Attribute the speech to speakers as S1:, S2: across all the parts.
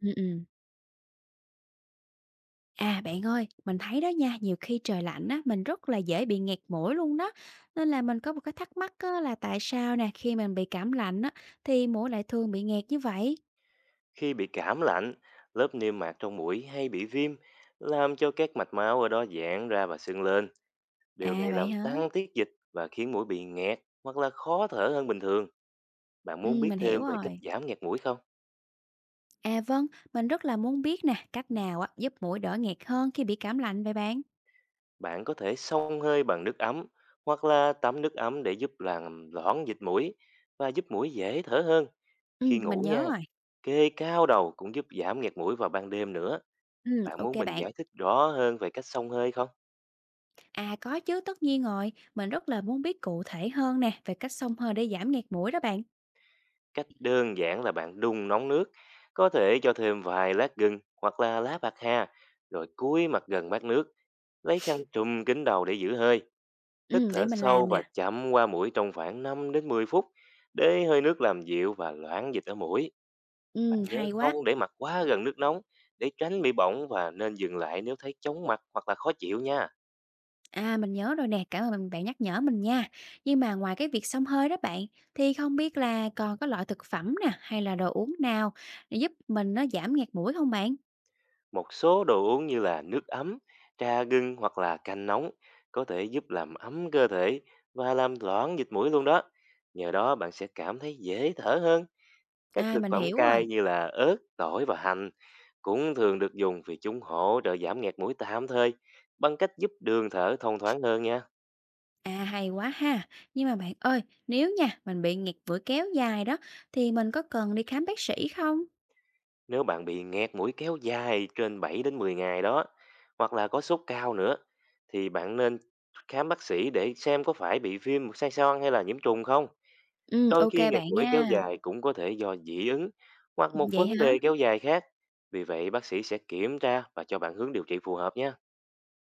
S1: Ừm, ừm. À, bạn ơi, mình thấy đó nha, nhiều khi trời lạnh á, mình rất là dễ bị nghẹt mũi luôn đó. Nên là mình có một cái thắc mắc á, là tại sao nè, khi mình bị cảm lạnh á, thì mũi lại thường bị nghẹt như vậy?
S2: Khi bị cảm lạnh, lớp niêm mạc trong mũi hay bị viêm làm cho các mạch máu ở đó giãn ra và sưng lên. Điều
S1: À,
S2: này
S1: vậy
S2: làm
S1: hả?
S2: tăng tiết dịch và khiến mũi bị nghẹt hoặc là khó thở hơn bình thường. Bạn muốn biết
S1: Mình hiểu
S2: thêm về cách
S1: rồi.
S2: giảm nghẹt mũi không?
S1: À vâng, mình rất là muốn biết nè, cách nào á, giúp mũi đỡ nghẹt hơn khi bị cảm lạnh vậy bạn?
S2: Bạn có thể xông hơi bằng nước ấm hoặc là tắm nước ấm để giúp làm loãng dịch mũi và giúp mũi dễ thở hơn. Khi ngủ
S1: Mình nhớ
S2: nha,
S1: rồi.
S2: kê cao đầu cũng giúp giảm nghẹt mũi vào ban đêm nữa. Bạn
S1: OK
S2: muốn mình
S1: bạn.
S2: giải thích rõ hơn về cách xông hơi không?
S1: À, có chứ, tất nhiên rồi. Mình rất là muốn biết cụ thể hơn nè, về cách xông hơi để giảm nghẹt mũi đó bạn.
S2: Cách đơn giản là bạn đun nóng nước, có thể cho thêm vài lát gừng hoặc là lá bạc hà, rồi cúi mặt gần bát nước, lấy khăn trùm kín đầu để giữ hơi, hít thở
S1: Để mình
S2: sâu
S1: làm
S2: và
S1: nè.
S2: chậm qua mũi trong khoảng 5 đến 10 phút để hơi nước làm dịu và loãng dịch ở mũi. Bạn nhớ
S1: Hay quá.
S2: không để mặt quá gần nước nóng để tránh bị bỏng và nên dừng lại nếu thấy chóng mặt hoặc là khó chịu nha.
S1: À, mình nhớ rồi nè, cảm ơn bạn nhắc nhở mình nha. Nhưng mà ngoài việc xông hơi đó bạn, thì không biết là còn có loại thực phẩm nè, hay là đồ uống nào để giúp mình nó giảm nghẹt mũi không bạn?
S2: Một số đồ uống như là nước ấm, trà gừng hoặc là canh nóng có thể giúp làm ấm cơ thể và làm loãng dịch mũi luôn đó. Nhờ đó bạn sẽ cảm thấy dễ thở hơn. Các
S1: À,
S2: thực
S1: mình
S2: phẩm
S1: hiểu rồi.
S2: cay như là ớt, tỏi và hành cũng thường được dùng vì chúng hỗ trợ giảm nghẹt mũi tạm thời bằng cách giúp đường thở thông thoáng hơn nha.
S1: À, hay quá ha. Nhưng mà bạn ơi, nếu nha, mình bị nghẹt mũi kéo dài đó, thì mình có cần đi khám bác sĩ không?
S2: Nếu bạn bị nghẹt mũi kéo dài trên 7 đến 10 ngày đó hoặc là có sốt cao nữa thì bạn nên khám bác sĩ để xem có phải bị viêm sai xoang xoang hay là nhiễm trùng không. Đôi
S1: Ok
S2: khi ngạt
S1: bạn
S2: mũi kéo
S1: nha.
S2: dài cũng có thể do dị ứng hoặc
S1: Ừ,
S2: một
S1: vậy
S2: vấn
S1: hả?
S2: đề kéo dài khác. Vì vậy, bác sĩ sẽ kiểm tra và cho bạn hướng điều trị phù hợp nhé.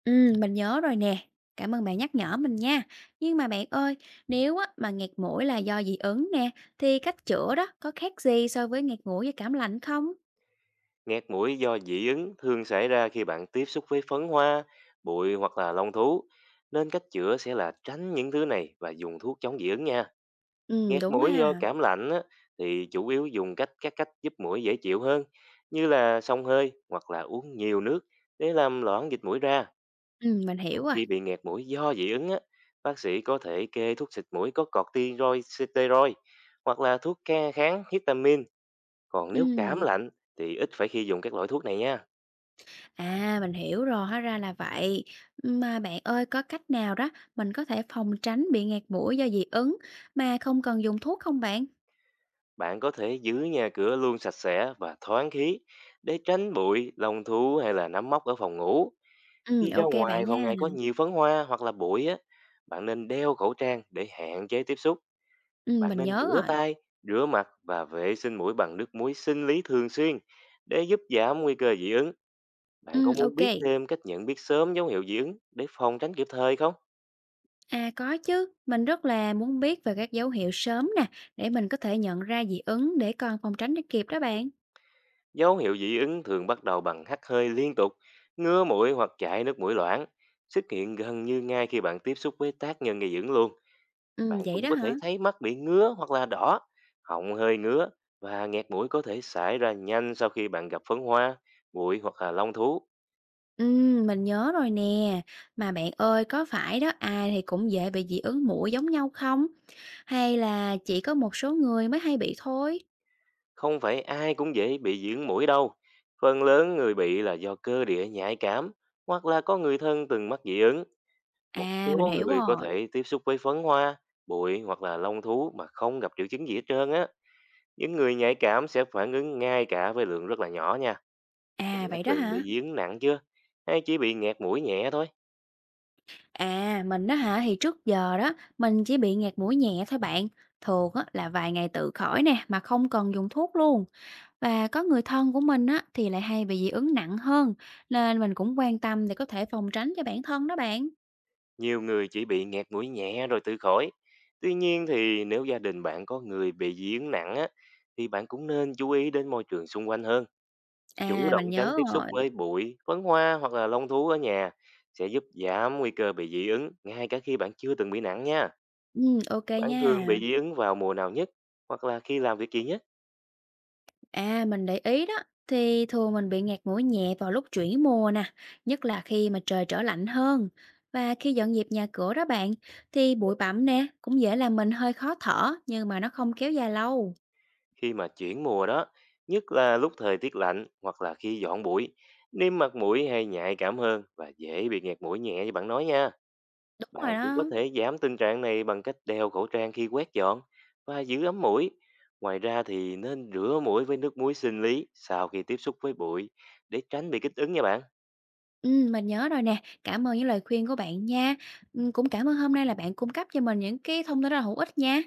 S1: Mình nhớ rồi nè. Cảm ơn bạn nhắc nhở mình nha. Nhưng mà bạn ơi, nếu á, mà nghẹt mũi là do dị ứng nè, thì cách chữa đó có khác gì so với nghẹt mũi với cảm lạnh không?
S2: Ngạt mũi do dị ứng thường xảy ra khi bạn tiếp xúc với phấn hoa, bụi hoặc là lông thú. Nên cách chữa sẽ là tránh những thứ này và dùng thuốc chống dị ứng nha. Ngạt
S1: Đúng
S2: mũi do
S1: ha.
S2: cảm lạnh á, thì chủ yếu dùng cách giúp mũi dễ chịu hơn, như là xông hơi hoặc là uống nhiều nước để làm loãng dịch mũi ra.
S1: Mình
S2: Còn
S1: hiểu rồi.
S2: khi bị nghẹt mũi do dị ứng á, bác sĩ có thể kê thuốc xịt mũi có corticoid steroid hoặc là thuốc khe kháng histamine. Còn nếu cảm
S1: Ừm.
S2: lạnh thì ít phải khi dùng các loại thuốc này nha.
S1: À, mình hiểu rồi, hóa ra là vậy. Mà bạn ơi, có cách nào đó mình có thể phòng tránh bị nghẹt mũi do dị ứng mà không cần dùng thuốc không bạn?
S2: Bạn có thể giữ nhà cửa luôn sạch sẽ và thoáng khí để tránh bụi, lông thú hay là nấm mốc ở phòng ngủ. Khi ra
S1: Ok
S2: ngoài
S1: bạn
S2: vào
S1: nha.
S2: ngày có nhiều phấn hoa hoặc là bụi á, bạn nên đeo khẩu trang để hạn chế tiếp xúc. Bạn
S1: Mình
S2: nên
S1: nhớ
S2: rửa
S1: rồi.
S2: tay, rửa mặt và vệ sinh mũi bằng nước muối sinh lý thường xuyên để giúp giảm nguy cơ dị ứng. Bạn có muốn
S1: Ok.
S2: biết thêm cách nhận biết sớm dấu hiệu dị ứng để phòng tránh kịp thời không?
S1: À có chứ, mình rất là muốn biết về các dấu hiệu sớm nè, để mình có thể nhận ra dị ứng để còn phòng tránh cho kịp đó bạn.
S2: Dấu hiệu dị ứng thường bắt đầu bằng hắt hơi liên tục, ngứa mũi hoặc chảy nước mũi loãng, xuất hiện gần như ngay khi bạn tiếp xúc với tác nhân gây dị ứng luôn.
S1: Ừ,
S2: Bạn
S1: vậy
S2: cũng
S1: đó
S2: có
S1: hả?
S2: thể thấy mắt bị ngứa hoặc là đỏ, họng hơi ngứa và nghẹt mũi có thể xảy ra nhanh sau khi bạn gặp phấn hoa, bụi hoặc là long thú.
S1: Ừ, mình nhớ rồi nè. Mà bạn ơi, có phải đó ai thì cũng dễ bị dị ứng muỗi giống nhau không? Hay là chỉ có một số người mới hay bị thôi?
S2: Không phải ai cũng dễ bị dị ứng mũi đâu. Phần lớn người bị là do cơ địa nhạy cảm hoặc là có người thân từng mắc dị ứng. Một
S1: À, mình
S2: số
S1: hiểu
S2: người có
S1: rồi.
S2: thể tiếp xúc với phấn hoa, bụi hoặc là lông thú mà không gặp triệu chứng gì hết trơn á. Những người nhạy cảm sẽ phản ứng ngay cả với lượng rất là nhỏ nha. Bạn
S1: À,
S2: đã
S1: vậy đó
S2: từng bị
S1: hả?
S2: dị ứng nặng chưa? Hay chỉ bị nghẹt mũi nhẹ thôi?
S1: À, mình á hả, thì trước giờ đó, mình chỉ bị nghẹt mũi nhẹ thôi bạn. Thường á, là vài ngày tự khỏi nè, mà không cần dùng thuốc luôn. Và có người thân của mình á, thì lại hay bị dị ứng nặng hơn. Nên mình cũng quan tâm để có thể phòng tránh cho bản thân đó bạn.
S2: Nhiều người chỉ bị nghẹt mũi nhẹ rồi tự khỏi. Tuy nhiên thì nếu gia đình bạn có người bị dị ứng nặng á, thì bạn cũng nên chú ý đến môi trường xung quanh hơn. Chủ
S1: À,
S2: động
S1: mình
S2: tránh
S1: nhớ
S2: tiếp xúc
S1: rồi.
S2: với bụi, phấn hoa hoặc là lông thú ở nhà sẽ giúp giảm nguy cơ bị dị ứng ngay cả khi bạn chưa từng bị nặng nha.
S1: Ừ, ok
S2: Bạn thường
S1: nha.
S2: bị dị ứng vào mùa nào nhất hoặc là khi làm việc gì nhất.
S1: À, mình để ý đó, thì thường mình bị ngạt mũi nhẹ vào lúc chuyển mùa nè, nhất là khi mà trời trở lạnh hơn. Và khi dọn dẹp nhà cửa đó bạn, thì bụi bặm nè cũng dễ làm mình hơi khó thở, nhưng mà nó không kéo dài lâu.
S2: Khi mà chuyển mùa đó, nhất là lúc thời tiết lạnh hoặc là khi dọn bụi, niêm mặt mũi hay nhạy cảm hơn và dễ bị nghẹt mũi nhẹ như bạn nói nha.
S1: Đúng rồi
S2: Bạn cũng có
S1: đó.
S2: thể giảm tình trạng này bằng cách đeo khẩu trang khi quét dọn và giữ ấm mũi. Ngoài ra thì nên rửa mũi với nước muối sinh lý sau khi tiếp xúc với bụi để tránh bị kích ứng nha bạn.
S1: Ừ, mình nhớ rồi nè, cảm ơn những lời khuyên của bạn nha. Ừ, cũng cảm ơn hôm nay là bạn cung cấp cho mình những cái thông tin rất là hữu ích nha.